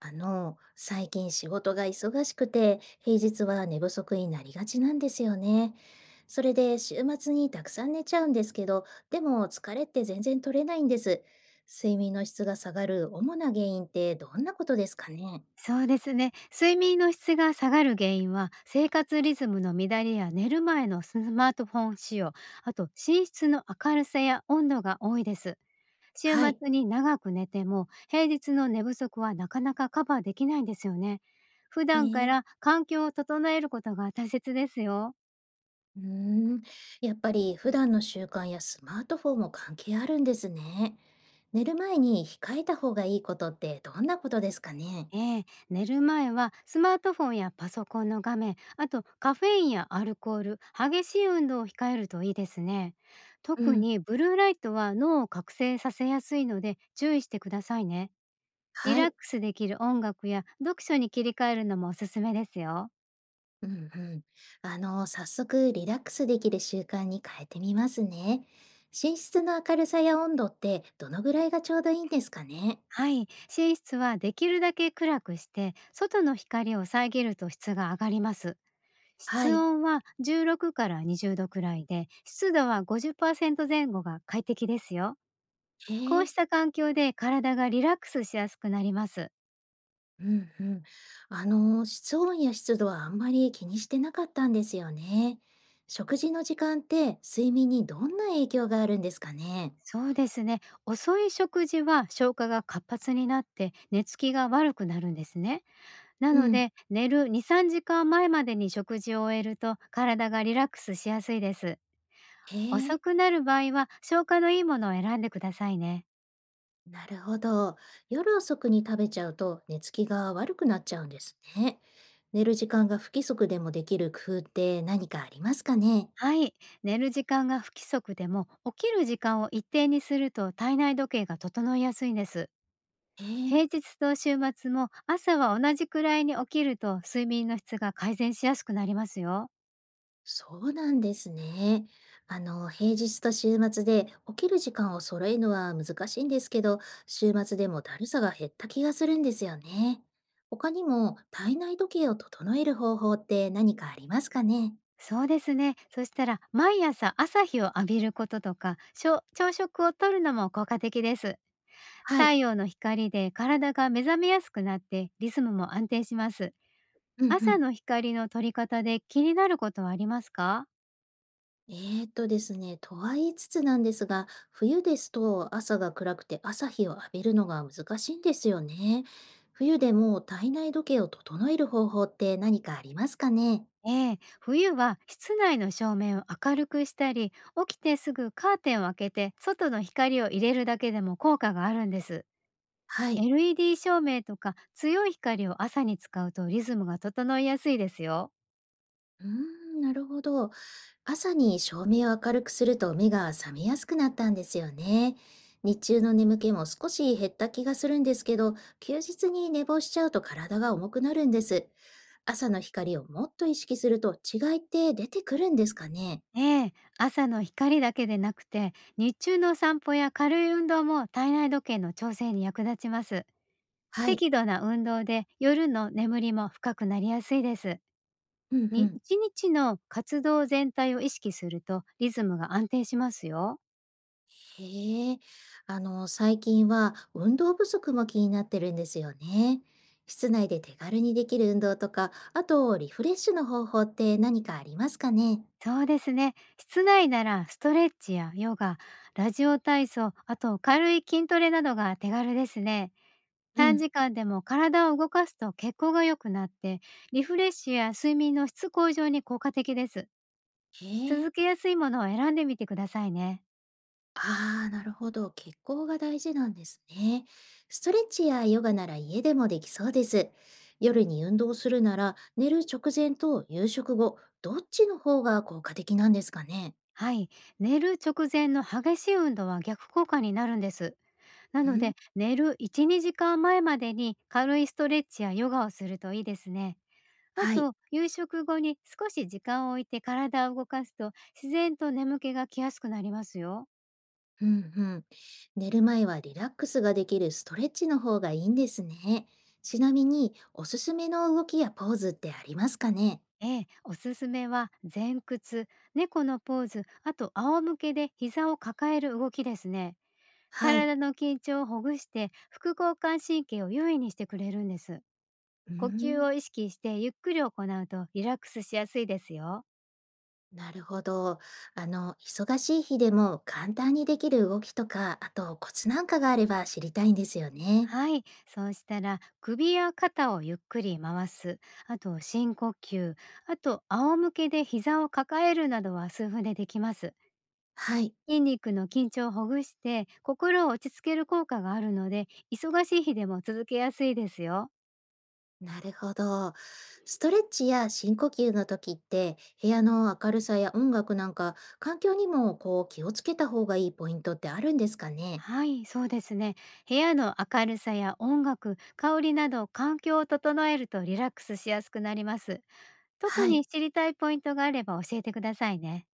あの、最近仕事が忙しくて、平日は寝不足になりがちなんですよね。それで週末にたくさん寝ちゃうんですけど、でも疲れって全然取れないんです。睡眠の質が下がる主な原因ってどんなことですかね？そうですね。睡眠の質が下がる原因は、生活リズムの乱れや寝る前のスマートフォン使用、あと寝室の明るさや温度が多いです。週はい。末に長く寝ても、平日の寝不足はなかなかカバーできないんですよね。普え段かー、ら環境を整えることが大切ですよ。うーん、やっぱり普段の習慣やスマートフォンも関係あるんですね。寝る前に控えた方がいいことってどんなことですかね？ええ、寝る前はスマートフォンやパソコンの画面、あとカフェインやアルコール、激しい運動を控えるといいですね。う特ん。にブルーライトは脳を覚醒させやすいので注意してくださいね。リはラッい。クスできる音楽や読書に切り替えるのもおすすめですよ。うんうん。あの、早速リラックスできる習慣に変えてみますね。寝室の明るさや温度ってどのぐらいがちょうどいいんですかね？はい、寝室はできるだけ暗くして、外の光を遮ると質が上がります。は室い。温は16から20度くらいで、湿度は50%前後が快適ですよ。こうええ。した環境で体がリラックスしやすくなります。うんうん。あの、室温や湿度はあんまり気にしてなかったんですよね。食事の時間って睡眠にどんな影響があるんですかね？そうですね。遅い食事は消化が活発になって寝つきが悪くなるんですね。なうのん。で、寝る2、3時間前までに食事を終えると体がリラックスしやすいです。へえ。遅くなる場合は消化のいいものを選んでくださいね。なるほど。夜遅くに食べちゃうと寝つきが悪くなっちゃうんですね。寝る時間が不規則でもできる工夫って何かありますかね？はい。寝る時間が不規則でも、起きる時間を一定にすると体内時計が整いやすいんです。え平え、日と週末も朝は同じくらいに起きると、睡眠の質が改善しやすくなりますよ。そうなんですね。あの、平日と週末で起きる時間を揃えるのは難しいんですけど、週末でもだるさが減った気がするんですよね。他にも体内時計を整える方法って何かありますかね？そうですね。そしたら、毎朝朝日を浴びることとか、朝食をとるのも効果的です。は太い。陽の光で体が目覚めやすくなって、リズムも安定します。うんう朝ん。の光の取り方で気になることはありますか？えーとですね、とは言いつつなんですが、冬ですと朝が暗くて朝日を浴びるのが難しいんですよね。冬でも体内時計を整える方法って何かありますかね？ええ、冬は室内の照明を明るくしたり、起きてすぐカーテンを開けて外の光を入れるだけでも効果があるんです。はい。LED 照明とか強い光を朝に使うと、リズムが整いやすいですよ。うーん、なるほど。朝に照明を明るくすると目が覚めやすくなったんですよね。日中の眠気も少し減った気がするんですけど、休日に寝坊しちゃうと体が重くなるんです。朝の光をもっと意識すると違いって出てくるんですかね。ええ、朝の光だけでなくて、日中の散歩や軽い運動も体内時計の調整に役立ちます。はい。適度な運動で夜の眠りも深くなりやすいです。うんうにん。一日の活動全体を意識すると、リズムが安定しますよ。へえ。あの、最近は運動不足も気になってるんですよね。室内で手軽にできる運動とか、あとリフレッシュの方法って何かありますかね。そうですね。室内ならストレッチやヨガ、ラジオ体操、あと軽い筋トレなどが手軽ですね。う短ん。時間でも体を動かすと血行が良くなって、リフレッシュや睡眠の質向上に効果的です。へえ。続けやすいものを選んでみてくださいね。ああ、なるほど。血行が大事なんですね。ストレッチやヨガなら家でもできそうです。夜に運動するなら寝る直前と夕食後、どっちの方が効果的なんですかね？はい。寝る直前の激しい運動は逆効果になるんです。なうのん。で、寝る1、2時間前までに軽いストレッチやヨガをするといいですね。あはい。と、夕食後に少し時間を置いて体を動かすと、自然と眠気が来やすくなりますよ。うんうん。寝る前はリラックスができるストレッチの方がいいんですね。ちなみに、おすすめの動きやポーズってありますかね？ええ、おすすめは前屈、猫のポーズ、あと仰向けで膝を抱える動きですね。はい。体の緊張をほぐして、副交感神経を優位にしてくれるんです。う呼吸ん。を意識してゆっくり行うとリラックスしやすいですよ。なるほど。あの、忙しい日でも簡単にできる動きとか、あとコツなんかがあれば知りたいんですよね。はい、そうしたら、首や肩をゆっくり回す、あと深呼吸、あと仰向けで膝を抱えるなどは数分でできます。はい。筋肉の緊張をほぐして、心を落ち着ける効果があるので、忙しい日でも続けやすいですよ。なるほど。ストレッチや深呼吸の時って、部屋の明るさや音楽なんか、環境にもこう気をつけた方がいいポイントってあるんですかね。はい、そうですね。部屋の明るさや音楽、香りなど環境を整えるとリラックスしやすくなります。特はい。に知りたいポイントがあれば教えてくださいね。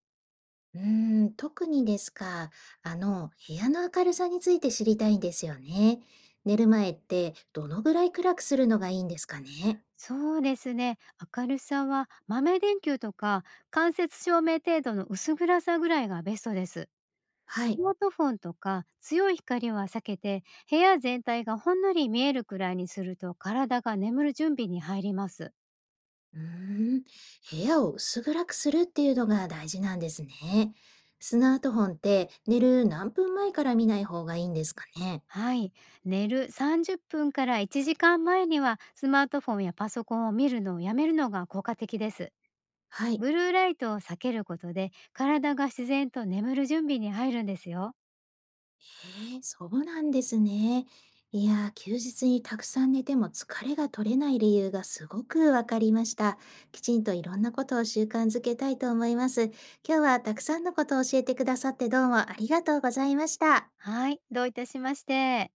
うーん、特にですか。あの、部屋の明るさについて知りたいんですよね。寝る前ってどのぐらい暗くするのがいいんですかね。そうですね。明るさは豆電球とか間接照明程度の薄暗さぐらいがベストです。はスい。マートフォンとか強い光は避けて、部屋全体がほんのり見えるくらいにすると、体が眠る準備に入ります。うーん、部屋を薄暗くするっていうのが大事なんですね。スマートフォンって寝る何分前から見ない方がいいんですかね。はい。寝る30分から1時間前にはスマートフォンやパソコンを見るのをやめるのが効果的です。はい。ブルーライトを避けることで、体が自然と眠る準備に入るんですよ。そうなんですね。いやー、休日にたくさん寝ても疲れが取れない理由がすごくわかりました。きちんといろんなことを習慣づけたいと思います。今日はたくさんのことを教えてくださってどうもありがとうございました。はい。どういたしまして。